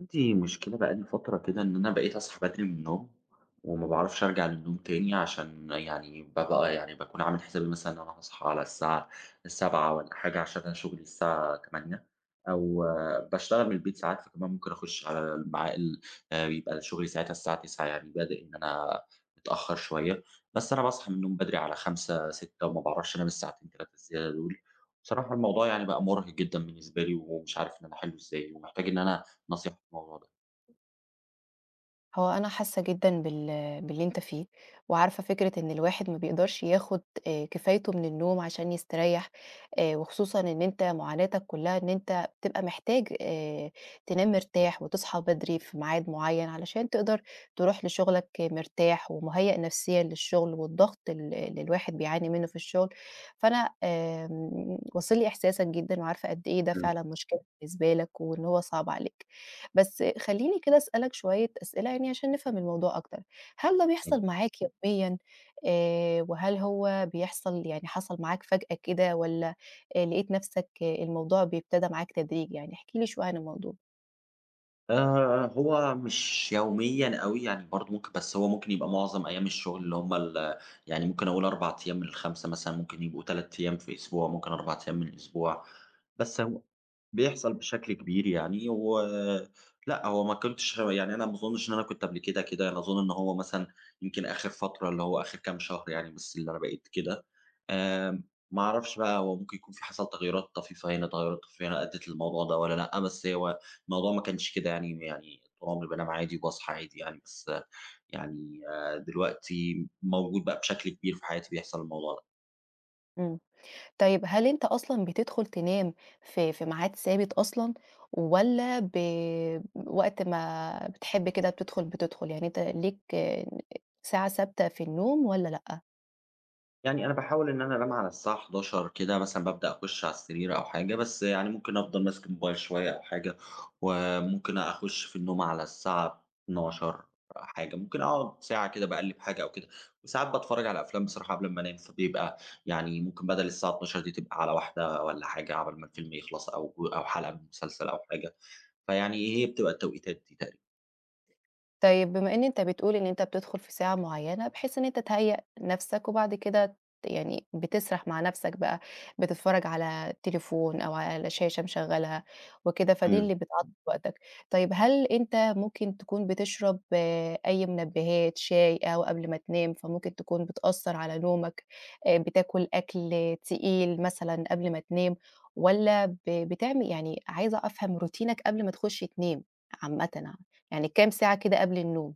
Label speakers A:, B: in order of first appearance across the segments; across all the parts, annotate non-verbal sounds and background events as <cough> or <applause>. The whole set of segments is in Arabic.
A: عندي مشكلة بقى لي فترة كده إن أنا بقيت أصحى بدري من النوم، وما باعرفش أرجع للنوم تاني عشان يعني بابقى يعني باكون عامل حسابي مثلًا إن أنا هاصحى على الساعة 07:00 والّا حاجة عشان أنا شغلي الساعة 08:00 أو باشتغل من البيت ساعات فكمان ممكن أخش على مع ال بيبقى شغلي ساعتها الساعة 09:00 يعني بادئ إن أنا متأخر شوية، بس أنا باصحى من النوم بدري على 5، 6 وما باعرفش أنام الساعتين 3 الزيادة دول. بصراحة الموضوع يعني بقى مُرهق جدًا بالنسبة لي ومش عارف إن أنا أحلّه إزاي، ومحتاج إن أنا نصيحة في الموضوع ده؟
B: هو أنا حاسة جدًا باللي أنت فيه، وعارفة فكرة إن الواحد ما بيقدرش ياخد كفايته من النوم عشان يستريّح. وخصوصًا إن أنت معاناتك كلّها إن أنت بتبقى محتاج تنام مرتاح وتصحى بدري في ميعاد معيّن علشان تقدر تروح لشغلك مرتاح ومُهيأ نفسيًا للشغل والضغط اللي الواحد بيعاني منه في الشغل. فأنا واصل لي إحساسك جدًا وعارفة قد إيه ده
A: إمم.
B: فعلًا مشكلة بالنسبة لك وإن هو صعب عليك. بس خلّيني كده أسألك شوية أسئلة يعني عشان نفهم الموضوع أكتر. هل ده بيحصل
A: إمم.
B: معاك يوميًا؟ وهل هو بيحصل يعني حصل معاك فجأة كده والّا لقيت نفْسك آه، الموضوع بيبتدى معاك تدريجي يعني؟ احكِ لي شوية عن الموضوع.
A: هو مش يوميًا أوي يعني، برضه ممكن، بس هو ممكن يبقى معظم أيام الشغل اللي هم ال يعني ممكن أقول 4 أيام من ال5 مثلًا، ممكن يبقوا 3 أيام في أسبوع، ممكن 4 أيام من الأسبوع، بس هو بيحصل بشكل كبير يعني و لأ، هو ما كنتش يعني، أنا ما أظُنّش إن أنا كنت قبل كده كده، أنا أظُن إن هو مثلًا يمكن آخِر فترة اللي هو آخِر كام شهر يعني بس اللي أنا بقيت كده. آمم، ما أعرفش بقى، هو ممكن يكون في حصل تغيُّرات طفيفة هنا، تغيُّرات طفيفة هنا أدّت للموضوع ده والّا لأ، بس هو الموضوع ما كانش كده يعني، طول عمري بانام عادي وباصحى عادي يعني، بس آه، يعني دلوقتي موجود بقى بشكل كبير في حياتي، بيحصل الموضوع ده.
B: إمم، طيب هل أنت أصلًا بتدخل تنام في ميعاد ثابت أصلًا والّا وقت ما بتحب كده بتدخل، بتدخل يعني أنت ليك آه، ساعة ثابتة في النوم والّا لأ؟
A: يعني أنا باحاول إن أنا أنام على الساعة 23:00 كده مثلًا، بابدأ أخُش على السرير أو حاجة، بس يعني ممكن أفضل ماسك الموبايل شوية أو حاجة، وممكن أخُش في النوم على الساعة 00:00 حاجة، ممكن أقعد ساعة كده باقلِّب حاجة أو كده، وساعات باتفرّج على أفلام بصراحة قبل أمّا أنام، فبيبقى يعني ممكن بدل الساعة 00:00 دي تبقى على 01:00 والّا حاجة، عَبَل ما الفيلم يخلص أو حلقة من مسلسل أو حاجة، فيعني هي بتبقى التوقيتات دي تقريبًا.
B: طيب بما إن أنت بتقول إن أنت بتدخل في ساعة معيّنة، بحيث إن أنت تهيأ نَفْسك وبعد كده يعني بتسرح مع نَفْسك بقى، بتتفرّج على التليفون أو على شاشة مشغّلها وكده، فدي اللي بتعطّل وقتك. طيب هل أنت ممكن تكون بتشرب آه، أي منبّهات، شاي، قهوة قبل ما تنام، فممكن تكون بتأثّر على نومك؟ بتاكل أكل تقيل مثلًا قبل ما تنام والّا بتعمل؟ يعني عايزة أفهم روتينك قبل ما تخُش تنام عامةً. يعني كام ساعة كده قبل النوم؟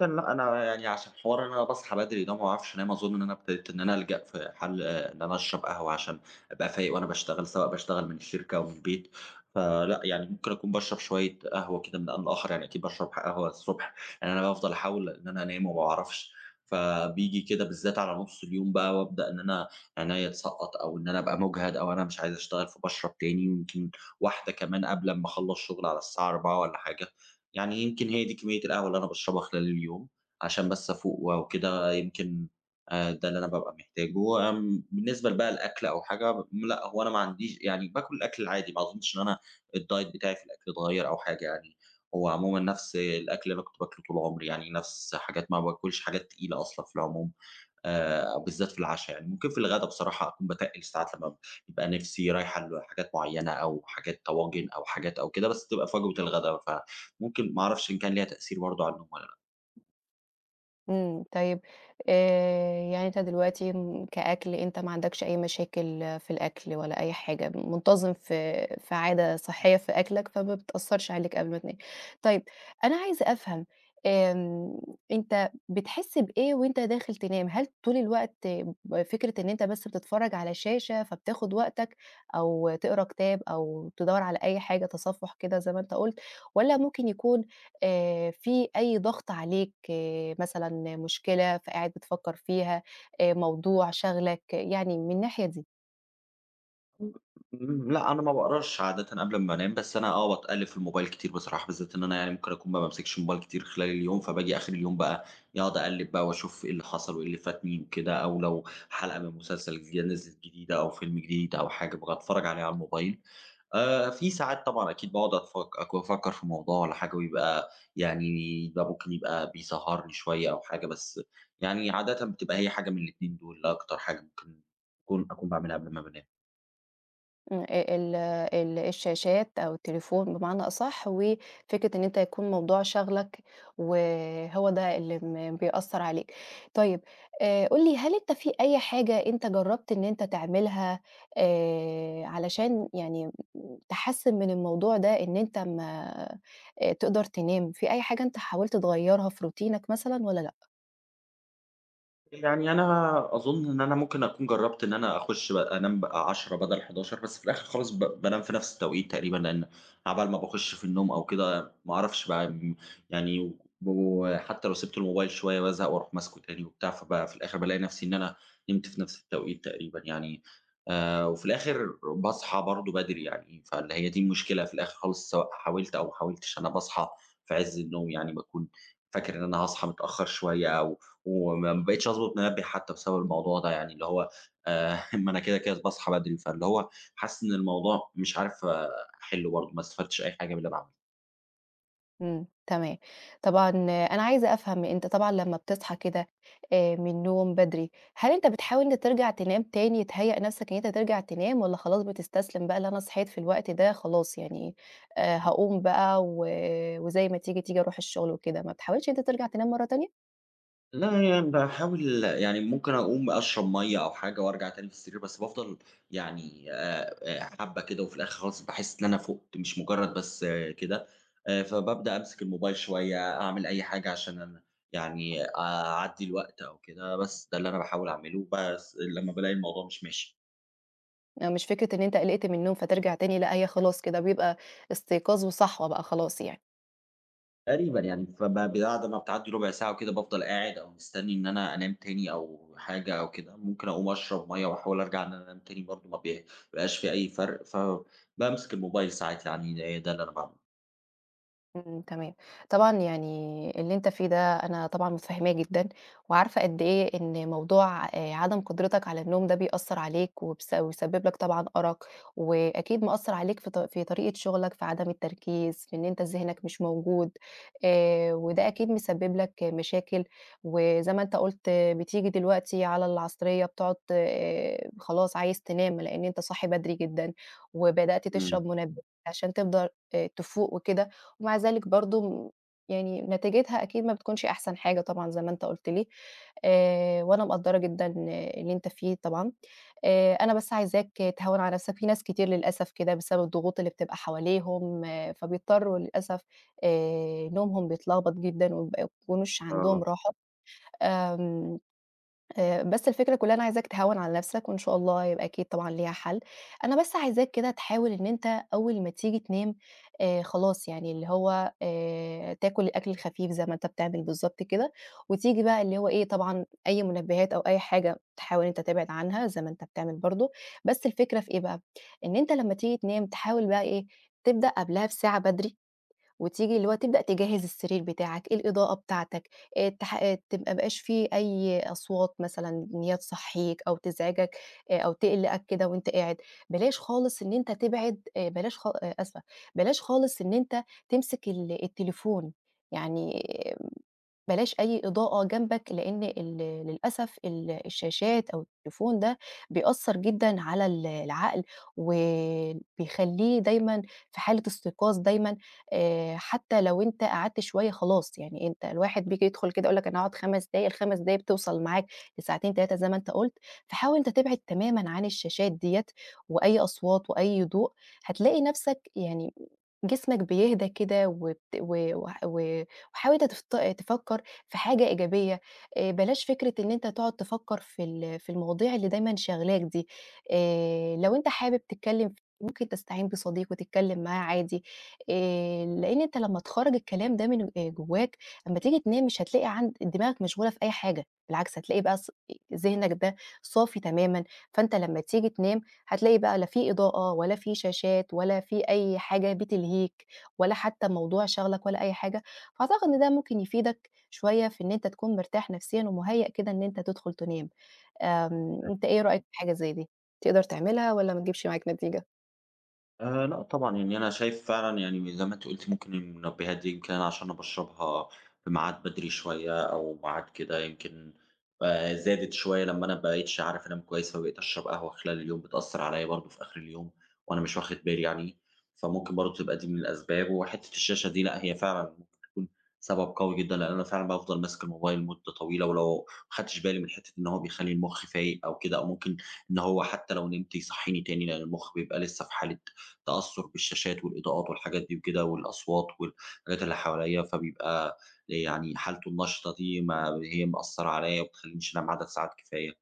A: عامةً لأ، أنا يعني عشان حوار إن أنا باصحى بدري ده وما باعرفش أنام، أظن إن أنا ابتديت إن أنا ألجأ في حل آه، إن أنا أشرب قهوة عشان أبقى فايق وأنا باشتغل، سواء باشتغل من الشركة أو من البيت، فلأ يعني ممكن أكون باشرب شوية قهوة كده من آن لآخر، يعني أكيد باشرب قهوة الصبح، لإن أنا بافضل أحاول إن أنا أنام وما باعرفش، فبييجي كده بالذات على نُص اليوم بقى، وابدأ إن أنا عينيّا تسقّط أو إن أنا أبقى مُجهد أو أنا مش عايز أشتغل، فباشرب تاني، ويمكن واحدة كمان قبل أمّا أخلّص شغل على الساعة 16:00 والّا حاجة. يعني يمكن هي دي كمية القهوة اللي أنا باشربها خلال اليوم، عشان بس أفوق وكده، يمكن ده اللي أنا بابقى محتاجه. آمم، بالنسبة بقى الأكل أو حاجة لأ، هو أنا ما عنديش يعني، باكل الأكل العادي، ما أظنش إن أنا الdiet بتاعي في الأكل اتغيّر أو حاجة يعني، هو عمومًا نفس الأكل اللي أنا كنت باكله طول عمري، يعني نفس حاجات، ما باكلش حاجات تقيلة أصلًا في العموم. بالذات في العشا يعني، ممكن في الغدا بصراحة أكون باتقِّل ساعات، لمّا بيبقى نِفسي رايحة لحاجات معيّنة أو حاجات طواجن أو حاجات أو كده، بس بتبقى في وجبة الغدا، فممكن ما أعرفش إن كان ليها تأثير برضه على النوم والّا لأ.
B: إمم، طيب يعني أنت دلوقتي كأكل أنت ما عندكش أي مشاكل في الأكل ولا أي حاجة، منتظم في عادة صحية في أكلك، فما بتأثّرش عليك قبل ما تنام. طيب أنا عايزة أفهم آمم، أنت بتحس بإيه وأنت داخل تنام؟ هل طول الوقت فكرة إن أنت بس بتتفرّج على شاشة فبتاخد وقتك، أو تقرا كتاب أو تدوّر على أي حاجة تصفُّح كده زي ما أنت قُلت، والّا ممكن يكون في أي ضغط عليك آه، مثلًا مشكلة فقاعد بتفكّر فيها، موضوع شاغلك، يعني من الناحية دي.
A: إمم، لأ أنا ما باقراش عادةً قبل أمّا أنام، بس أنا آه، باتقلِّب في الموبايل كتير بصراحة، بالذات إن أنا يعني ممكن أكون ما بامسكش موبايل كتير خلال اليوم، فباجي آخر اليوم بقى إيه، أقعد أقلِّب بقى وأشوف إيه اللي حصل وإيه اللي فاتني وكده، أو لو حلقة من مسلسل نزلت جديدة أو فيلم جديد أو حاجة، بابقى أتفرّج عليها على الموبايل. في ساعات طبعًا أكيد باقعد أتفك أك أفكّر في موضوع والّا حاجة ويبقى يعني يبقى ممكن بيسهّرني شوية أو حاجة، بس يعني عادةً بتبقى هي حاجة من الاتنين دول، لا أكتر حاجة ممكن أكون باعملها قبل ما بانام.
B: إمم، ال ال الشاشات أو التليفون بمعنى أصح، وفكرة إن أنت يكون موضوع شاغلك وهو ده اللي بيأثّر عليك. طيب قُل لي هل أنت في أي حاجة أنت جرّبت إن أنت تعملها علشان يعني تحسّن من الموضوع ده إن أنت ما تقدر تنام. في أي حاجة أنت حاولت تغيّرها في روتينك مثلًا والّا لأ؟
A: يعني أنا أظُن إن أنا ممكن أكون جرّبت إن أنا أخُش ب أنام بقى 10 بدل 11، بس في الآخر خالص بانام في نفس التوقيت تقريبًا، لإن عَبَال ما باخُش في النوم أو كده ما أعرفش بقى م يعني و- وحتى لو سِبت الموبايل شوية بازهق وأروح ماسكه تاني وبتاع، في الآخر بالاقي نفسي إن أنا نِمت في نفس التوقيت تقريبًا يعني، وفي الآخر باصحى برضه بدري يعني، فاللي هي دي المشكلة. في الآخر خالص سواء حاولت أو ما حاولتش، أنا باصحى في عِز النوم، يعني باكون فاكر إن أنا هاصحى متأخّر شوية أو، وما بقيتش أضبط منبه حتى بسبب الموضوع ده، يعني اللي هو <laughs> ما أنا كده، كده باصحى بدري، فاللي هو حاسس إن الموضوع مش عارف آه، أحلّه برضه، ما استفدتش أي حاجة من اللي أنا عملته.
B: إمم، تمام. طبعًا أنا عايزة أفهم، أنت طبعًا لمّا بتصحى كده من النوم بدري، هل أنت بتحاول إن أنت ترجع تنام تاني، تهيأ نفسك إن أنت ترجع تنام والّا خلاص بتستسلم بقى اللي أنا صحيت في الوقت ده خلاص يعني هاقوم بقى وزي ما تيجي، تيجي أروح الشغل وكده، ما بتحاولش إن أنت ترجع تنام مرة تانية؟
A: لا يعني باحاول، يعني ممكن أقوم أشرب مَيّة أو حاجة وأرجع تاني في السرير، بس بافضل يعني حبّة كده، وفي الآخر خالص باحس إن أنا فُقت، مش مجرد بس آه، كده، فبابدأ أمسك الموبايل شوية، أعمل أي حاجة عشان أنا يعني أعدّي الوقت أو كده، بس ده اللي أنا باحاول أعمله، بس لمّا بالاقي الموضوع مش ماشي.
B: مش فكرة إن أنت قلقت من النوم فترجع تاني، لأ هي خلاص كده بيبقى استيقاظ وصحوة بقى خلاص يعني.
A: تقريبًا يعني، بعد ما بتعدّي ربع ساعة وكده بافضل قاعد أو مستني إن أنا أنام تاني أو حاجة أو كده، ممكن أقوم أشرب مَيّة وأحاول أرجع إن أنا أنام تاني برضه، ما بي بيبقاش في أي فرق، فبامسك الموبايل ساعات، يعني ده اللي أنا باعمله.
B: إمم، تمام. طبعًا يعني اللي أنت فيه ده أنا طبعًا متفهّماه جدًا، وعارفة قد إيه إن موضوع عدم قدرتك على النوم ده بيأثّر عليك وبس ويسبب لك طبعًا أرق، وأكيد مأثّر عليك في طريقة شغلك، في عدم التركيز، في إن أنت ذهنك مش موجود. وده أكيد مسبب لك مشاكل، وزي ما أنت قُلت آه، بتيجي دلوقتي على العصرية بتقعد خلاص عايز تنام لإن أنت صاحي بدري جدًا، وبدأت
A: إمم.
B: تشرب منبه عشان تقدر تفوق وكده. ومع ذلك برضه يعني نتيجتها أكيد ما بتكونش أحسن حاجة طبعًا زي ما أنت قُلت لي. وأنا مقدّرة جدًا اللي أنت فيه طبعًا. أنا بس عايزاك تهوّن على نَفْسك، في ناس كتير للأسف كده بسبب الضغوط اللي بتبقى حواليهم آه فبيضطروا للأسف نومهم بيتلخبط جدًا وما بيكونوش عندهم
A: آه.
B: راحة. آمم بس الفكرة كلّها أنا عايزاك تهوّن على نفْسك وإن شاء الله يبقى أكيد طبعًا ليها حل. أنا بس عايزاك كده تحاول إن أنت أول ما تيجي تنام خلاص يعني اللي هو تاكل الأكل الخفيف زي ما أنت بتعمل بالضبط كده، وتيجي بقى اللي هو إيه طبعًا أي منبهات أو أي حاجة تحاول إن أنت تبعد عنها زي ما أنت بتعمل برضه. بس الفكرة في إيه بقى، إن أنت لمّا تيجي تنام تحاول بقى إيه، تبدأ قبلها بساعة بدري وتيجي اللي هو تبدأ تجهّز السرير بتاعك، الإضاءة بتاعتك. تح تبقى ما بقاش في أي أصوات مثلًا إن هي تصحّيك أو تزعجك أو تقلقك كده وأنت قاعد. بلاش خا آسفة. بلاش خالص إن أنت تمسك التليفون، يعني بلاش أي إضاءة جنبك. لإن للأسف الشاشات أو التليفون ده بيأثّر جدًا على العقل، وبيخلّيه دايمًا في حالة استيقاظ دايمًا. حتى لو أنت قعدت شوية خلاص، يعني أنت الواحد بييجي يدخل كده يقول لك أنا هاقعد 5 دقايق، ال5 دقايق بتوصل معاك لساعتين 3 زي ما أنت قُلت. فحاول أنت تبعد تمامًا عن الشاشات ديّة، وأي أصوات وأي ضوء. هتلاقي نَفْسك يعني جسمك بيهدى كده وبت و وح و وحاول أنت تفكّر في حاجة إيجابية. بلاش فكرة إن أنت تقعد تفكّر في المواضيع اللي دايمًا شاغلاك دي. لو أنت حابب ممكن تستعين بصديق وتتكلّم معاه عادي. لإن أنت لمّا تخرّج الكلام ده من جواك، أمّا تيجي تنام مش هتلاقي عند دماغك مشغولة في أي حاجة، بالعكس هتلاقي بقى ذهنك ده صافي تمامًا. فأنت لمّا تيجي تنام هتلاقي بقى لا في إضاءة ولا في شاشات ولا في أي حاجة بتلهيك، ولا حتى موضوع شاغلك ولا أي حاجة. فأعتقد إن ده ممكن يفيدك شوية في إن أنت تكون مرتاح نفسيًا ومُهيأ كده إن أنت تدخل تنام. أنت إيه رأيك في حاجة زي دي؟ تقدر تعملها والّا ما تجيبش معاك نتيجة؟
A: لأ طبعًا، يعني أنا شايف فعلًا، يعني زي ما أنتِ قُلتِ ممكن المنبهات دي، يمكن أنا عشان أنا باشربها في ميعاد بدري شوية أو ميعاد كده، يمكن زادت شوية لمّا أنا ما بقيتش عارف أنام كويس، فبقيت أشرب قهوة خلال اليوم، بتأثّر عليّا برضه في آخر اليوم وأنا مش واخد بالي يعني، فممكن برضه تبقى دي من الأسباب. وحتّة الشاشة دي لأ، هي فعلًا ممكن تكون سبب قوي جدًا، لإن أنا فعلًا بافضل ماسك الموبايل مدة طويلة، ولو ما خدتش بالي من حتّة إن هو بيخلّي المُخ فايق أو كده، أو ممكن إن هو حتّى لو نمت يصحّيني تاني، لإن المُخ بيبقى لسّه في حالة تأثُّر بالشاشات والإضاءات والحاجات دي وكده، والأصوات والحاجات اللي حواليّا، فبيبقى يعني حالته النشطة دي ما هي مأثّرة عليّا وما بتخلّينيش أنام عدد ساعات كفاية.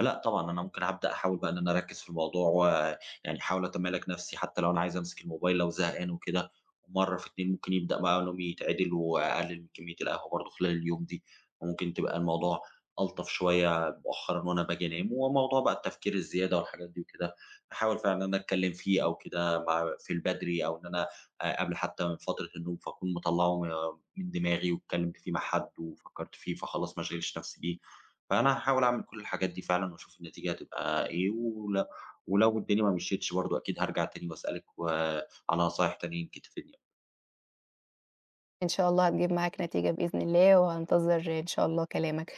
A: لأ طبعًا، أنا ممكن أبدأ أحاول بقى إن أنا أركّز في الموضوع، ويعني أحاول أتمالك نَفْسي حتى لو أنا عايز أمسك الموبايل لو زهقان وكده، مرّة في 2 ممكن يبدأ بقى نومي يتعدل، وأقلل من كمية القهوة برضه خلال اليوم دي، وممكن تبقى الموضوع ألطف شوية مؤخرًا وأنا باجي أنام. وموضوع بقى التفكير الزيادة والحاجات دي وكده، أحاول فعلًا إن أنا أتكلّم فيه أو كده مع في البدري، أو إن أنا قبل حتى من فترة النوم، فاكون مطلّعه من دماغي واتكلّمت فيه مع حد وفكّرت فيه، فخلاص ما اشغلش نَفْسي بيه. فأنا هاحاول أعمل كل الحاجات دي فعلًا وأشوف النتيجة هتبقى إيه، ولو الدنيا ما مشيتش برضه أكيد هارجع تاني وأسألِك على نصايح تانية يمكن تفيدني.
B: إن شاء الله هتجيب معاك نتيجة بإذن الله، وهانتظر إن شاء الله كلامك.